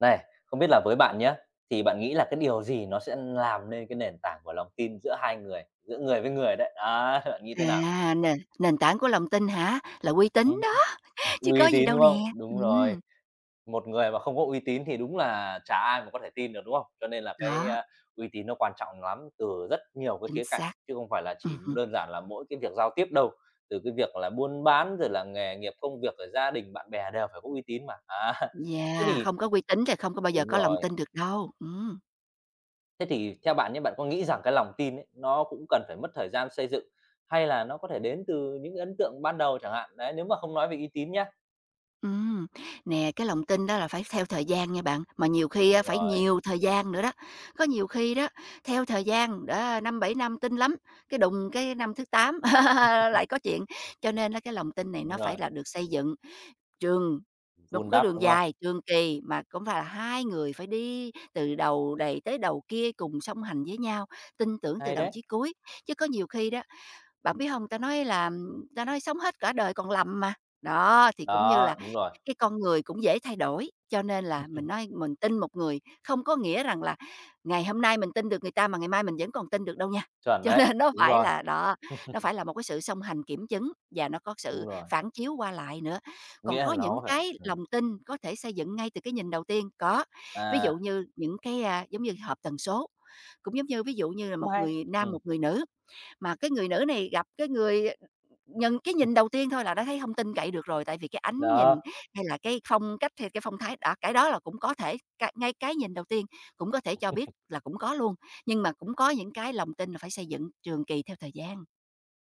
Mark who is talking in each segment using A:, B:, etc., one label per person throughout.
A: Này, không biết là với bạn nhé thì bạn nghĩ là cái điều gì nó sẽ làm nên cái nền tảng của lòng tin giữa hai người, giữa người với người đấy? Á, bạn nghĩ thế nào?
B: À, nền nền tảng của lòng tin hả? Là uy tín
A: Ừm,
B: đó, chứ có
A: uy
B: gì
A: tín,
B: đâu
A: đúng
B: nè.
A: không? Đúng rồi,
B: Ừm,
A: một người mà không có uy tín thì đúng là chả ai mà có thể tin được, đúng không? Cho nên là
B: đó,
A: uy tín nó quan trọng lắm, từ rất nhiều cái
B: chính
A: khía cạnh,
B: xác.
A: chứ không phải là chỉ
B: Hứm,
A: đơn giản là mỗi cái việc giao tiếp đâu. Từ cái việc là buôn bán, rồi là nghề nghiệp, công việc, rồi gia đình, bạn bè đều phải có uy tín mà. Á, thế
B: yeah,
A: thì
B: không có uy tín thì không có bao giờ
A: đúng
B: có lòng
A: rồi.
B: tin được đâu.
A: Thế thì theo bạn nhé, bạn có nghĩ rằng cái lòng tin ấy, nó cũng cần phải mất thời gian xây dựng hay là nó có thể đến từ những ấn tượng ban đầu chẳng hạn? Đấy, nếu mà không nói về uy tín nhá.
B: Ừm. Nè, cái lòng tin đó là phải theo thời gian nha bạn, mà nhiều khi
A: Đúng
B: á phải
A: rồi,
B: nhiều thời gian nữa đó. Có nhiều khi đó, theo thời gian, đó, 5 7 năm tin lắm, cái đùng cái năm thứ 8 lại có chuyện. Cho nên là cái lòng tin này nó
A: đúng
B: phải
A: rồi,
B: là được xây dựng Trường một
A: vun
B: cái
A: đắp,
B: đường
A: đúng không?
B: dài, trường kỳ mà cũng phải là hai người phải đi từ đầu này tới đầu kia cùng song hành với nhau, tin tưởng từ
A: Hay
B: đầu
A: đấy.
B: chí cuối. Chứ có nhiều khi đó bạn biết không? Ta nói là ta nói sống hết cả đời còn lầm mà. Đó, thì cũng như
A: Đó,
B: là
A: đúng rồi,
B: cái con người cũng dễ thay đổi, cho nên là mình nói mình tin một người không có nghĩa rằng là ngày hôm nay mình tin được người ta mà ngày mai mình vẫn còn tin được đâu nha.
A: chuẩn
B: Cho
A: đấy,
B: nên nó phải là đó, nó phải là một cái sự song hành kiểm chứng và nó có sự
A: đúng rồi,
B: phản chiếu qua lại nữa. Còn
A: nghĩa là
B: có những
A: nó phải
B: cái lòng tin có thể xây dựng ngay từ cái nhìn đầu tiên, có. Ví
A: à,
B: dụ như những cái, a, giống như hợp tần số, cũng giống như ví dụ như là
A: cũng
B: một
A: hay,
B: người nam,
A: ừm,
B: một người nữ mà cái người nữ này gặp cái người nhận cái nhìn đầu tiên thôi là đã thấy hông tin cậy được rồi, tại vì cái ánh
A: đó.
B: nhìn hay là cái phong cách hay cái phong thái đã cái đó là cũng có thể cái ngay cái nhìn đầu tiên cũng có thể cho biết là cũng có luôn, nhưng mà cũng có những cái lòng tin là phải xây dựng trường kỳ theo thời gian.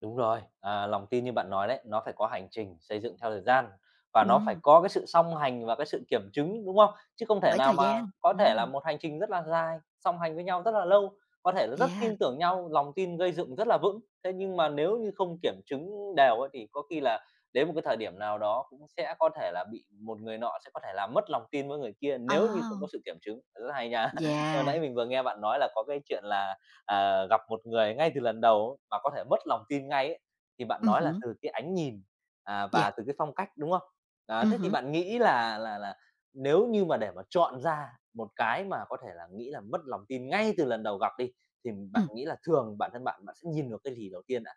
A: Đúng rồi, à, lòng tin như bạn nói đấy, nó phải có hành trình xây dựng theo thời gian và nó phải
B: Ừm,
A: có cái sự song hành và cái sự kiểm chứng, đúng không? Chứ không thể
B: bởi
A: nào
B: thời
A: mà
B: gian,
A: có thể là một hành trình rất là dài, song hành với nhau rất là lâu, có thể là rất
B: yeah,
A: tin tưởng nhau, lòng tin gây dựng rất là vững. Thế nhưng mà nếu như không kiểm chứng đều ấy, thì có khi là đến một cái thời điểm nào đó cũng sẽ có thể là bị một người nọ sẽ có thể là mất lòng tin với người kia
B: ờ,
A: nếu như không có sự kiểm chứng. Rất hay nha. Nhưng mà
B: yeah,
A: nãy mình vừa nghe bạn nói là có cái chuyện là gặp một người ngay từ lần đầu mà có thể mất lòng tin ngay ấy, thì bạn nói là
B: hứm,
A: từ cái ánh nhìn, à,
B: yeah,
A: và từ cái phong cách, đúng không? Đó, thế thì
B: hứm,
A: bạn nghĩ là nếu như mà để mà chọn ra một cái mà có thể là nghĩ là mất lòng tin ngay từ lần đầu gặp đi, thì bạn
B: ừm.
A: nghĩ là thường bản thân bạn, bạn sẽ nhìn được cái gì đầu tiên ạ?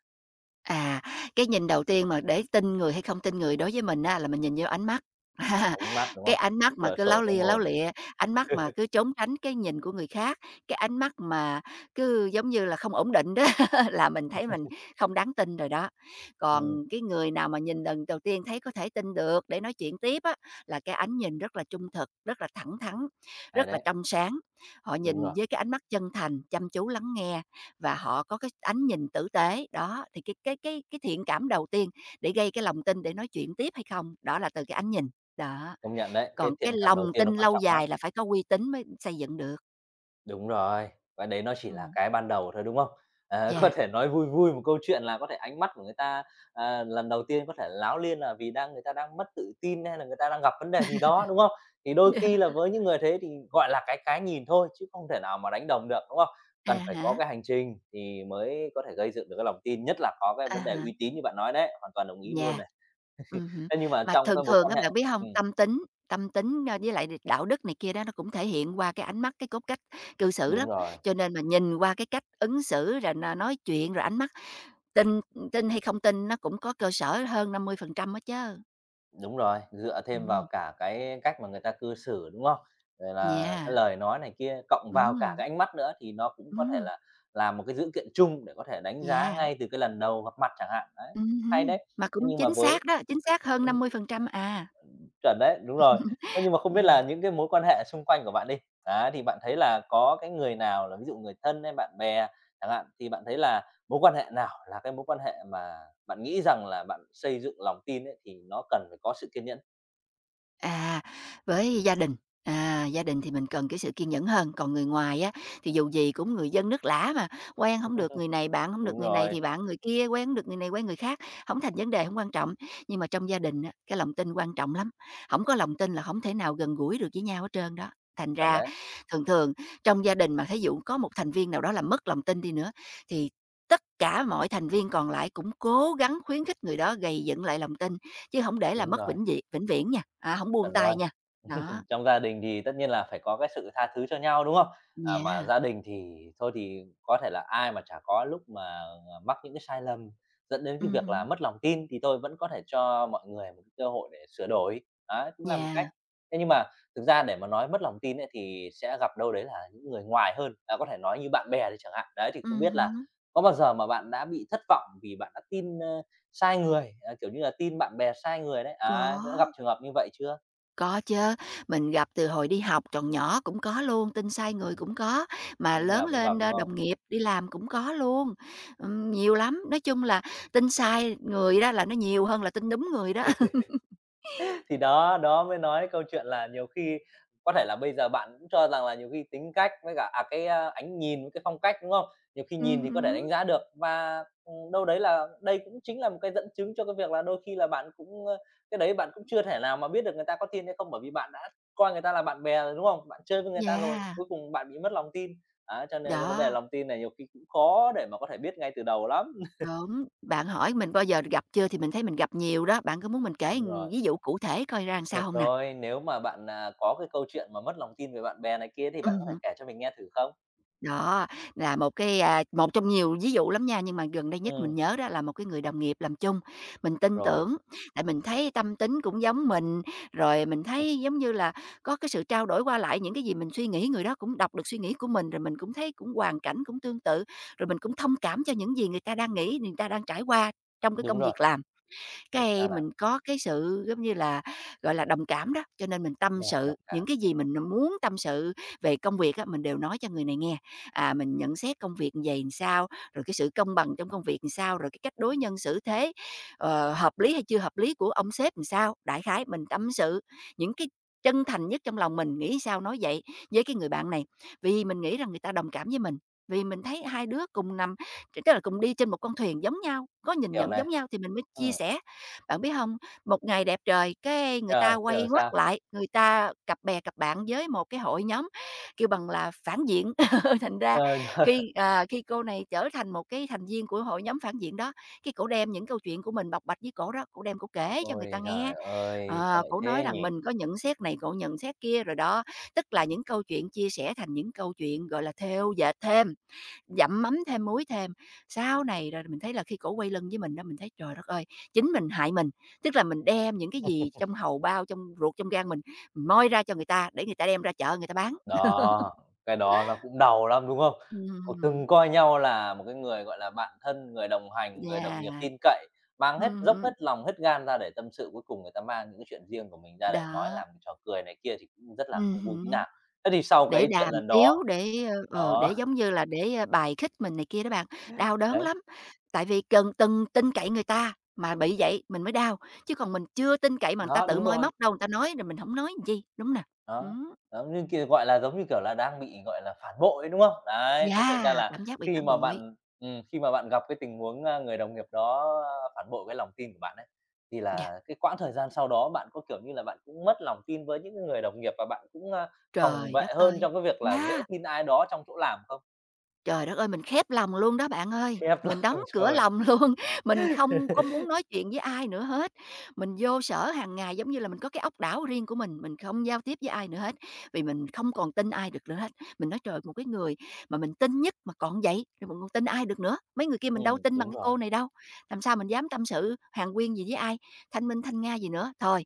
B: À, cái nhìn đầu tiên mà để tin người hay không tin người đối với mình á là mình nhìn vô ánh mắt.
A: Ánh mắt, đúng
B: Cái
A: không?
B: ánh mắt mà
A: Cửa
B: cứ
A: sổ
B: láo
A: tâm
B: lia, láo
A: hồn.
B: lịa, ánh mắt mà cứ trốn tránh cái nhìn của người khác, cái ánh mắt mà cứ, giống như là, không ổn định đó là mình thấy mình không đáng tin rồi đó.
A: Ừ,
B: Còn cái người nào mà nhìn lần đầu tiên thấy có thể tin được để nói chuyện tiếp á, là cái ánh nhìn rất là trung thực, rất là thẳng thắn,
A: hay
B: rất là
A: đấy,
B: trong sáng. Họ
A: đúng
B: nhìn
A: rồi,
B: với cái ánh mắt chân thành, chăm chú lắng nghe, và họ có cái ánh nhìn tử tế, đó, thì cái thiện cảm đầu tiên để gây cái lòng tin để nói chuyện tiếp hay không, đó là từ cái ánh nhìn, đó.
A: công nhận đấy, cái
B: Còn cái
A: thiện cảm đầu
B: lòng
A: tiên nó
B: tin
A: quan
B: lâu
A: trọng lắm.
B: dài là phải có uy tín mới xây dựng được.
A: Đúng rồi, và đấy nó chỉ là
B: Ừm,
A: cái ban đầu thôi, đúng không? Ờ, có
B: yeah,
A: thể nói vui vui một câu chuyện là có thể ánh mắt của người ta, à, lần đầu tiên có thể láo liên là vì đang người ta đang mất tự tin hay là người ta đang gặp vấn đề gì đó, đúng không? Thì đôi khi là với những người thế thì gọi là cái nhìn thôi chứ không thể nào mà đánh đồng được, đúng không?
B: à
A: Cần phải
B: há,
A: có cái hành trình thì mới có thể gây dựng được cái lòng tin, nhất là có cái
B: à
A: vấn đề
B: há,
A: uy tín như bạn nói đấy, hoàn toàn đồng ý luôn
B: yeah.
A: này.
B: Hứm.
A: Thế nhưng mà
B: Mà
A: trong
B: thường
A: cái mối
B: thường
A: quan
B: á, bạn
A: hệ
B: biết hông, tâm tính, ơ, với lại đạo đức này kia đó, nó cũng thể hiện qua cái ánh mắt, cái cốt cách cư xử
A: đúng
B: lắm.
A: rồi.
B: Cho nên mà nhìn qua cái cách ứng xử, rồi nói chuyện, rồi ánh mắt, tin tin hay không tin nó cũng có cơ sở hơn 50% á chớ.
A: Đúng rồi, dựa thêm vào
B: Ừm,
A: cả cái cách mà người ta cư xử, đúng không? Rồi là
B: yeah,
A: cái lời nói này kia, cộng vào cả
B: ừm,
A: cái ánh mắt nữa thì nó cũng có thể
B: ừm,
A: là làm một cái dữ kiện chung để có thể đánh giá
B: yeah,
A: ngay từ cái lần đầu gặp mặt chẳng hạn, đấy, hay
B: hứm,
A: đấy.
B: mà
A: Thế
B: cũng
A: nhưng mà
B: chính
A: với
B: xác đó, chính xác hơn
A: ừm,
B: 50% à,
A: chuẩn đấy, đúng rồi. Thế nhưng mà không biết
B: ừm.
A: là những cái mối quan hệ xung quanh của bạn đi, á, thì bạn thấy là có cái người nào là ví dụ người thân hay bạn bè chẳng hạn, thì bạn thấy là mối quan hệ nào là cái mối quan hệ mà bạn nghĩ rằng là bạn xây dựng lòng tin ấy thì nó cần phải có sự kiên nhẫn?
B: À, với gia đình, à, gia đình thì mình cần cái sự kiên nhẫn hơn, còn người ngoài á, thì dù gì cũng người dân nước lã mà, quen không được người này, bạn không được
A: Đúng
B: người này
A: rồi,
B: thì bạn người kia, quen hổng được người này, quen người khác, không thành vấn đề, không quan trọng. Nhưng mà trong gia đình á, cái lòng tin quan trọng lắm, không có lòng tin là không thể nào gần gũi được với nhau hết trơn đó. Thành
A: chuẩn
B: ra
A: đấy,
B: thường thường trong gia đình mà thí dụ có một thành viên nào đó làm mất lòng tin đi nữa, thì tất cả mọi thành viên còn lại cũng cố gắng khuyến khích người đó gầy dựng lại lòng tin chứ không để là
A: đúng
B: mất
A: rồi,
B: vĩnh viễn nha, à, hổng buông
A: chuẩn rồi.
B: tay nha. Đó,
A: Trong gia đình thì tất nhiên là phải có cái sự tha thứ cho nhau, đúng không? À, mà
B: yeah,
A: gia đình thì thôi thì có thể là ai mà chả có lúc mà, à, mắc những cái sai lầm dẫn đến cái việc là
B: hứm,
A: mất lòng tin, thì tôi vẫn có thể cho mọi người một cái cơ hội để sửa đổi, đấy, cũng là một
B: yeah,
A: cách. Thế nhưng mà thực ra để mà nói mất lòng tin ấy thì sẽ gặp đâu đấy là những người ngoài hơn, à, có thể nói như bạn bè đi chẳng hạn. Đấy, thì không biết là
B: ừm
A: có bao giờ mà bạn đã bị thất vọng vì bạn đã tin, ơ, sai người, à, kiểu như là, tin bạn bè sai người đấy, À, đã gặp
B: có,
A: trường hợp như vậy chưa?
B: có chứ, mình gặp từ hồi đi học còn nhỏ cũng có luôn, tin sai người cũng có, mà
A: Lúc
B: lớn
A: nào cũng gặp,
B: lên,
A: đúng
B: ơ,
A: không?
B: đồng nghiệp đi làm cũng có luôn, nhiều lắm, nói chung là tin sai người đó là nó nhiều hơn là tin đúng người đó.
A: Thì đó, đó mới nói câu chuyện là nhiều khi có thể là bây giờ bạn cũng cho rằng là nhiều khi tính cách với cả, à, ánh nhìn với cái phong cách, đúng không? Nhiều khi nhìn thì có thể
B: Hứm,
A: đánh giá được và, đâu đấy là đây cũng chính là một cái dẫn chứng cho cái việc là đôi khi là bạn cũng, ơ cái đấy bạn cũng chưa thể nào mà biết được người ta có tin hay không, bởi vì bạn đã coi người ta là bạn bè rồi, đúng không? Bạn chơi với người ta rồi,
B: yeah,
A: cuối cùng bạn bị mất lòng tin. Á, cho nên là cái vấn đề
B: đó,
A: lòng tin này nhiều khi cũng khó để mà có thể biết ngay từ đầu lắm.
B: đúng, bạn hỏi mình bao giờ gặp chưa thì mình thấy mình gặp nhiều đó, bạn có muốn mình kể
A: Đúng rồi.
B: ví dụ cụ thể coi ra làm sao
A: Được
B: không nè?
A: rồi, nếu mà bạn, à, có cái câu chuyện mà mất lòng tin về bạn bè này kia thì bạn có thể
B: Ừm.
A: kể cho mình nghe thử không?
B: Đó, là một cái, à, một trong nhiều ví dụ lắm nha, nhưng mà gần đây nhất
A: Ừ
B: mình nhớ đó là một cái người đồng nghiệp làm chung, mình tin
A: rồi,
B: tưởng, tại mình thấy tâm tính cũng giống mình, rồi mình
A: ừm,
B: thấy giống như là có cái sự trao đổi qua lại những cái gì mình suy nghĩ, người đó cũng đọc được suy nghĩ của mình, rồi mình cũng thấy cũng hoàn cảnh cũng tương tự, rồi mình cũng thông cảm cho những gì người ta đang nghĩ, người ta đang trải qua trong cái
A: đúng
B: công
A: rồi,
B: việc làm
A: rồi sao
B: cái
A: nào?
B: mình có cái sự, giống như là, gọi là, đồng cảm đó, cho nên mình tâm
A: Rồi,
B: sự,
A: đồng
B: những
A: cảm,
B: cái gì mình muốn tâm sự về công việc á, mình đều nói cho người này nghe. À, mình nhận xét công việc như vậy làm sao, rồi cái sự công bằng trong công việc làm sao, rồi cái cách đối nhân xử thế, ờ, hợp lý hay chưa hợp lý của ông sếp làm sao. Đại khái mình tâm sự những cái chân thành nhất trong lòng mình, nghĩ sao nói vậy với cái người bạn này, vì mình nghĩ rằng người ta đồng cảm với mình, vì mình thấy hai đứa cùng nằm tức là cùng đi trên một con thuyền giống nhau, có nhìn
A: hiểu
B: nhận giống
A: này,
B: nhau thì mình mới chia
A: Ừ
B: sẻ. Bạn biết không một ngày đẹp trời, cái người
A: trời
B: ta
A: thế
B: quay
A: rồi
B: ngoắt
A: sao?
B: lại, người ta cặp bè cặp bạn với một cái hội nhóm, kêu bằng là, phản diện. Thành ra
A: Trời, trời!
B: khi, à, khi cô này trở thành một cái thành viên của hội nhóm phản diện đó, cái cổ đem những câu chuyện của mình bộc bạch với cổ đó, cổ đem cổ kể cho người ta
A: Ôi
B: nghe.
A: trời ơi, sao
B: Ờ,
A: lại
B: cổ nói
A: thế
B: rằng
A: nhỉ?
B: mình có nhận xét này, cổ nhận xét kia rồi đó, tức là những câu chuyện chia sẻ thành những câu chuyện, gọi là, thêu dệt thêm. Dặm mắm thêm muối thêm. Sau này rồi mình thấy là khi cổ quay lưng với mình đó mình thấy trời đất ơi, chính mình hại mình, tức là mình đem những cái gì trong hầu bao, trong ruột, trong gan mình moi ra cho người ta để người ta đem ra chợ người ta bán.
A: Đó, cái đó nó cũng đau lắm, đúng không? Có
B: Ừm,
A: từng coi nhau là một cái người, gọi là, bạn thân, người đồng hành, người đồng nghiệp
B: yeah,
A: tin cậy, mang hết dốc
B: ừm
A: hết lòng, hết gan ra để tâm sự, cuối cùng người ta mang những cái chuyện riêng của mình ra để nói
B: đó,
A: làm trò cười này kia thì cũng rất là không vui tí
B: ừm
A: nào. Thế thì sau
B: để
A: cái chuyện
B: đàm
A: lần đó
B: tiếu, để, ờ, ờ,
A: đó,
B: để, giống như là, để, ơ, bài khích mình này kia đó bạn, đau đớn
A: đấy,
B: lắm. Tại vì cần từng tin cậy người ta mà bị vậy mình mới đau, chứ còn mình chưa tin cậy mà người ta
A: đó,
B: tự
A: đúng
B: moi
A: rồi.
B: móc đâu, người ta nói rồi mình không nói làm chi, đúng nè? Ừ,
A: Đó, đó, như kia, gọi là, giống như kiểu là, đang bị, gọi là, phản bội ấy, đúng không? Đấy, thế thành
B: yeah,
A: ra là
B: cảm giác bị
A: khi
B: phản
A: mà
B: bội.
A: bạn khi mà bạn gặp cái tình huống, a, người đồng nghiệp đó phản bội cái lòng tin của bạn ấy, thì
B: Yeah,
A: là cái quãng thời gian sau đó bạn có, kiểu như là, bạn cũng mất lòng tin với những cái người đồng nghiệp và bạn cũng, a, phòng
B: trời đất
A: vệ hơn
B: ơi!
A: trong cái việc là
B: Yeah.
A: dễ tin ai đó trong chỗ làm không?
B: Trời đất ơi, mình khép lòng luôn đó bạn ơi,
A: Khép
B: mình đóng
A: làm
B: cửa
A: rồi.
B: lòng luôn, mình không có muốn nói chuyện với ai nữa hết. Mình vô sở hàng ngày giống như là mình có cái ốc đảo riêng của mình không giao tiếp với ai nữa hết, vì mình không còn tin ai được nữa hết. Mình nói trời, một cái người mà mình tin nhất mà còn vậy rồi mình còn tin ai được nữa. Mấy người kia mình đâu tin bằng
A: Đúng
B: cái cô
A: rồi.
B: này đâu. Làm sao mình dám tâm sự hàng huyên gì với ai, thanh minh thanh nga gì nữa. Thôi,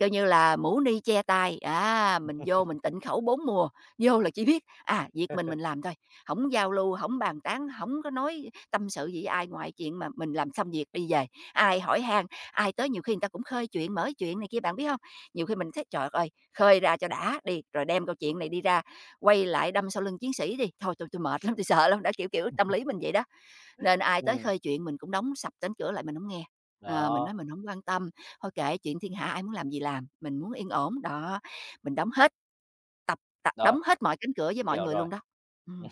B: coi như là mũ ni che tay, à, mình vô mình tịnh khẩu bốn mùa, vô là chỉ biết à, việc mình làm thôi, không giao lưu, không bàn tán, không có nói tâm sự gì với ai ngoài chuyện mà mình làm xong việc đi về. Ai hỏi han, ai tới nhiều khi người ta cũng khơi chuyện, mở chuyện này kia, bạn biết không? Nhiều khi mình thấy "Trời ơi, khơi ra cho đã đi, rồi đem câu chuyện này đi ra, quay lại đâm sau lưng chiến sĩ đi, thôi tôi mệt lắm, tôi sợ lắm." Đã kiểu kiểu, tâm lý mình vậy đó, nên ai tới
A: Ừm,
B: khơi chuyện mình cũng đóng sập cánh cửa lại mình không nghe. Ờ, mình
A: đó,
B: nói mình không quan tâm, thôi kệ chuyện thiên hạ ai muốn làm gì làm, mình muốn yên ổn, đó, mình đóng hết. Tập tập
A: đó,
B: đóng hết mọi cánh cửa với mọi
A: hiểu
B: người
A: rồi.
B: luôn đó. Ừm.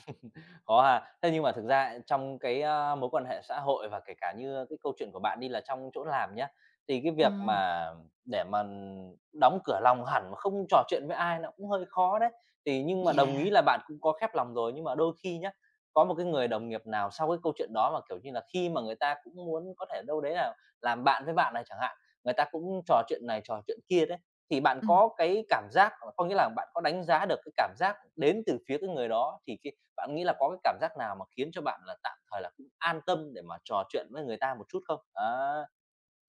A: Có ha. Thế nhưng mà thực ra trong mối quan hệ xã hội và kể cả như cái câu chuyện của bạn đi là trong chỗ làm nhá, thì cái việc
B: Ừm.
A: mà để mà đóng cửa lòng hẳn mà không trò chuyện với ai nó cũng hơi khó đấy. Thì nhưng mà đồng
B: Yeah.
A: ý là bạn cũng có khép lòng rồi, nhưng mà đôi khi nhá, có một cái người đồng nghiệp nào sau cái câu chuyện đó mà, kiểu như là, khi mà người ta cũng muốn có thể đâu đấy là làm bạn với bạn này chẳng hạn, người ta cũng trò chuyện này trò chuyện kia đấy, thì bạn
B: Ừm.
A: có cái cảm giác, ờ, có nghĩa là bạn có đánh giá được cái cảm giác đến từ phía cái người đó thì cái bạn nghĩ là có cái cảm giác nào mà khiến cho bạn là tạm thời là cũng an tâm để mà trò chuyện với người ta một chút không? Á,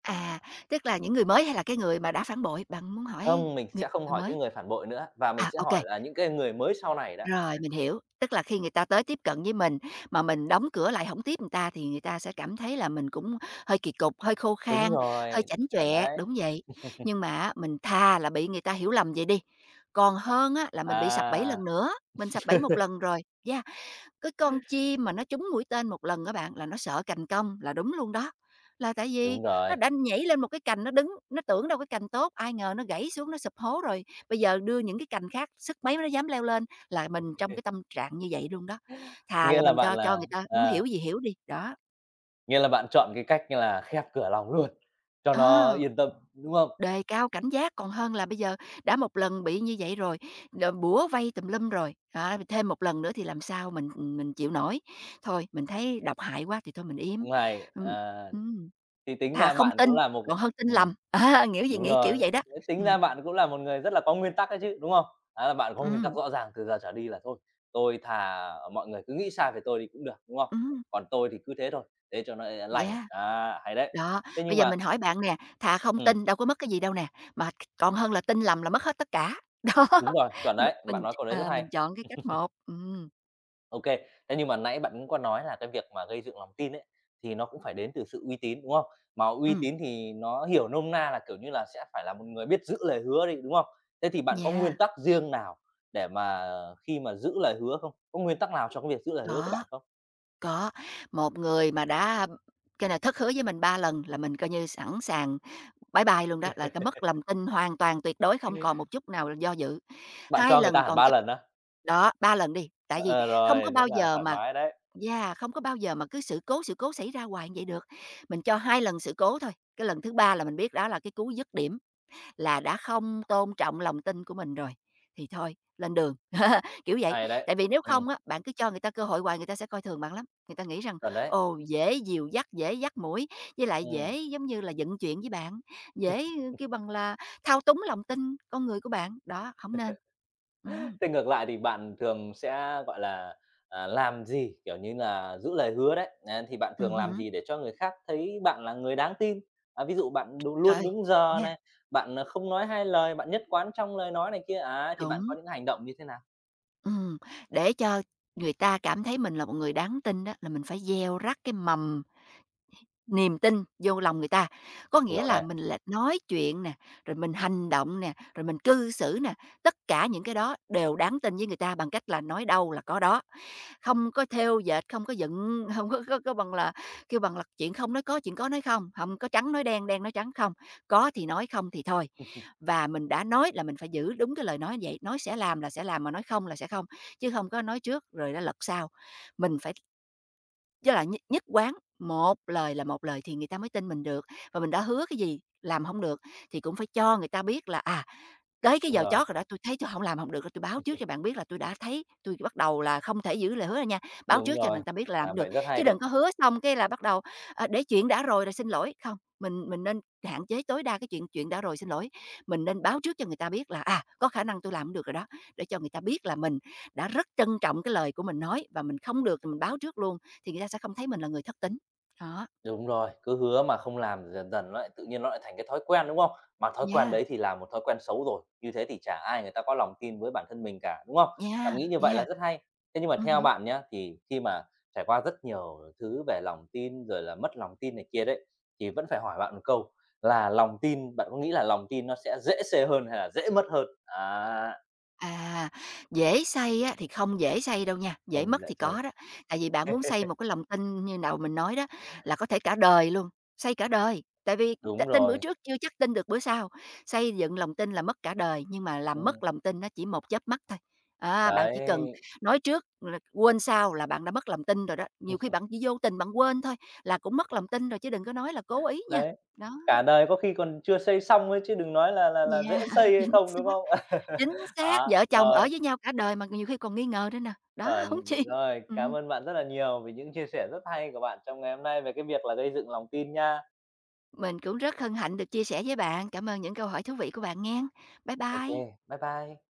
B: À, tức là những người mới hay là cái người mà đã phản bội? Bạn muốn hỏi
A: không, mình
B: người
A: sẽ không
B: người
A: hỏi cái
B: mới?
A: người phản bội nữa và mình
B: À,
A: sẽ
B: ô
A: hỏi
B: kê,
A: là những cái người mới sau này đó.
B: rồi, mình hiểu. Tức là khi người ta tới tiếp cận với mình mà mình đóng cửa lại hổng tiếp người ta thì người ta sẽ cảm thấy là mình cũng hơi kỳ cục, hơi khô khan,
A: Đúng
B: hơi
A: rồi,
B: chảnh
A: chuẩn
B: chọe,
A: đấy.
B: đúng vậy. Nhưng mà á, mình thà là bị người ta hiểu lầm vậy đi, còn hơn á là mình bị sập bẫy
A: À,
B: lần nữa, mình sập bẫy một lần rồi, yeah. Cái con chim mà nó trúng mũi tên một lần á bạn, là nó sợ cành cong, là đúng luôn đó. Là tại vì
A: đúng
B: nó
A: rồi.
B: đã nhảy lên một cái cành nó đứng, nó tưởng đâu cái cành tốt, ai ngờ nó gãy xuống nó sụp hố rồi, bây giờ đưa những cái cành khác sức mấy nó dám leo lên, là mình trong cái tâm trạng như vậy luôn đó. Thà là
A: Nghĩa là
B: mình
A: bạn
B: cho
A: là
B: người ta muốn
A: à,
B: hiểu gì hiểu đi, đó.
A: nghĩa là bạn chọn cái cách như là khép cửa lòng luôn, cho nó
B: Ờ.
A: yên tâm, đúng không?
B: Đề cao cảnh giác còn hơn là bây giờ đã một lần bị như vậy rồi, bủa vây tùm lum rồi, đó, thêm một lần nữa thì làm sao mình chịu nổi. Thôi, mình thấy độc hại quá thì thôi mình im.
A: Cũng à.
B: Ừm. Ừm,
A: Thì tính
B: thà
A: ra
B: không
A: bạn
B: tin
A: cũng là một
B: còn hơn tin
A: ừm,
B: lầm, á, nghĩa gì
A: đúng
B: nghĩ kiểu
A: rồi,
B: vậy đó.
A: thế tính ra
B: Ừm.
A: bạn cũng là một người rất là có nguyên tắc đấy chứ, đúng không? Đó là bạn có nguyên tắc
B: Ừm.
A: rõ ràng từ giờ trở đi là "Thôi, tôi thà mọi người cứ nghĩ sai về tôi đi cũng được", đúng không?
B: Ừm.
A: "Còn tôi thì cứ thế thôi, thế cho nó à, lành."
B: Yeah.
A: À, hay đấy!
B: Đó.
A: Thế
B: Bây
A: nhưng
B: giờ
A: mà
B: mình hỏi bạn nè, thà không
A: Ừm,
B: tin đâu có mất cái gì đâu nè, mà còn hơn là tin lầm là mất hết tất cả. Đó,
A: đúng rồi, chuẩn
B: mình
A: đấy, bạn
B: mình
A: nói câu đấy rất hay.
B: mình chọn cái cách một. Ừm.
A: OK. Thế nhưng mà nãy bạn cũng có nói là cái việc mà gây dựng lòng tin ấy, thì nó cũng phải đến từ sự uy tín, đúng không? Mà uy
B: Ừm.
A: tín thì nó hiểu nôm na là, kiểu như là, sẽ phải là một người biết giữ lời hứa đi, đúng không? Thế thì bạn có
B: Yeah.
A: nguyên tắc riêng nào để mà, ờ, khi mà giữ lời hứa không? Có nguyên tắc nào cho cái việc giữ lời hứa của
B: Đó.
A: bạn không?
B: Có, một người mà đã cái này thất hứa với mình 3 lần là mình coi như sẵn sàng bye bye luôn đó, là cái mất lòng tin hoàn toàn tuyệt đối, không còn một chút nào là do dự.
A: Bạn
B: Hai
A: cho người ta
B: lần
A: hẳn
B: còn
A: 3
B: chấp
A: lần á?
B: đó, 3 lần đi, tại vì
A: Ờ,
B: không
A: rồi,
B: có
A: rất
B: bao
A: là
B: giờ
A: thoải
B: mà,
A: mái đấy,
B: yeah, không có bao giờ mà cứ sự cố xảy ra hoài như vậy được. Mình cho 2 lần sự cố thôi, cái lần thứ 3 là mình biết đó là cái cú dứt điểm là đã không tôn trọng lòng tin của mình rồi, thì thôi lên đường, kiểu vậy.
A: hay đấy.
B: Tại vì nếu
A: Ừm,
B: không á, bạn cứ cho người ta cơ hội hoài người ta sẽ coi thường bạn lắm, người ta nghĩ rằng,
A: chuẩn đấy.
B: ồ, dễ dìu dắt, dễ dắt mũi, với lại
A: Ừm.
B: dễ giống như là dựng chuyện với bạn, dễ kêu bằng là thao túng lòng tin con người của bạn, đó, không nên. Ừm.
A: Thế ngược lại thì bạn thường sẽ, gọi là, à, làm gì, kiểu như là, giữ lời hứa đấy, à, thì bạn thường làm
B: Ừm,
A: gì để cho người khác thấy bạn là người đáng tin? À, ví dụ bạn đ luôn
B: trời.
A: đúng giờ
B: Nha,
A: này, bạn, ờ, không nói hai lời, bạn nhất quán trong lời nói này kia, à, thì bạn
B: đúng.
A: có những hành động như thế nào?
B: Ừm. Để cho người ta cảm thấy mình là một người đáng tin đó, là mình phải gieo rắc cái mầm niềm tin vô lòng người ta, có nghĩa
A: Hiểu
B: là
A: này
B: mình là nói chuyện nè, rồi mình hành động nè, rồi mình cư xử nè, tất cả những cái đó đều đáng tin với người ta bằng cách là nói đâu là có đó. Không có theo dệt, không có dựng, không có bằng là kêu bằng là chuyện không nói có, chuyện có nói không, không có trắng nói đen, đen nói trắng, không, có thì nói, không thì thôi. Và mình đã nói là mình phải giữ đúng cái lời nói vậy, nói sẽ làm là sẽ làm, mà nói không là sẽ không, chứ không có nói trước rồi đó lật sau. Mình phải với lại nhất nhất quán, một lời là một lời thì người ta mới tin mình được, và mình đã hứa cái gì làm không được thì cũng phải cho người ta biết là, à, tới cái
A: đúng
B: giờ
A: rồi,
B: chót rồi đó, tôi thấy tui không làm không được rồi, tôi báo trước cho bạn biết là tôi đã thấy tôi bắt đầu là không thể giữ lời hứa đâu nha, báo
A: đúng
B: trước cho
A: rồi,
B: người ta biết là làm hông
A: làm
B: được,
A: vậy rất
B: chứ
A: hay
B: đừng
A: đấy.
B: có hứa xong cái là bắt đầu, để chuyện đã rồi rồi xin lỗi. Không, mình nên hạn chế tối đa cái chuyện chuyện đã rồi xin lỗi, mình nên báo trước cho người ta biết là, à, có khả năng tôi làm hổng được rồi đó, để cho người ta biết là mình đã rất trân trọng cái lời của mình nói và mình không được thì mình báo trước luôn, thì người ta sẽ không thấy mình là người thất tín. Đó.
A: Đúng rồi, cứ hứa mà không làm dần dần nó lại tự nhiên nó lại thành cái thói quen, đúng không? Mà thói quen
B: Yeah.
A: đấy thì là một thói quen xấu rồi, như thế thì chả ai người ta có lòng tin với bản thân mình cả, đúng không? Bạn
B: Yeah,
A: nghĩ như vậy là
B: yeah.
A: rất hay. Thế nhưng mà theo
B: Ừm.
A: bạn nhá, thì khi mà trải qua rất nhiều thứ về lòng tin rồi là mất lòng tin này kia đấy, thì vẫn phải hỏi bạn một câu là lòng tin bạn có nghĩ là lòng tin nó sẽ dễ xê hơn hay là dễ mất hơn? À.
B: À, dễ xây á thì không dễ xây đâu nha, dễ
A: Không
B: mất
A: dễ
B: thì
A: chây.
B: có đó. Tại vì bạn muốn xây một cái lòng tin như đầu mình nói đó, là có thể cả đời luôn, xây cả đời. Tại vì
A: Đúng
B: tin bữa
A: rồi,
B: trước chưa chắc tin được bữa sau, xây dựng lòng tin là mất cả đời, nhưng mà làm
A: ừm,
B: mất lòng tin nó chỉ một chớp mắt thôi. À, bạn chỉ cần
A: đấy,
B: nói trước là quên sau là bạn đã mất lòng tin rồi đó, nhiều khi bạn chỉ vô tình bạn quên thôi là cũng mất lòng tin rồi chứ đừng có nói là cố ý nha.
A: đấy.
B: Đó,
A: Cả đời có khi còn chưa xây xong ấy, chứ đừng nói là
B: yeah,
A: dễ xây hay
B: chính
A: không, đúng
B: xác.
A: không?
B: Chính xác,
A: Đó,
B: vợ chồng ở
A: rồi,
B: với nhau cả đời mà nhiều khi còn nghi ngờ nữa nè, đó, huống
A: chuẩn,
B: chi.
A: rồi, cảm
B: ừm,
A: ơn bạn rất là nhiều vì những chia sẻ rất hay của bạn trong ngày hôm nay về cái việc là gây dựng lòng tin nha.
B: mình cũng rất hân hạnh được chia sẻ với bạn. Cảm ơn những câu hỏi thú vị của bạn nghe. Bye
A: Ok
B: bye.
A: bye bye.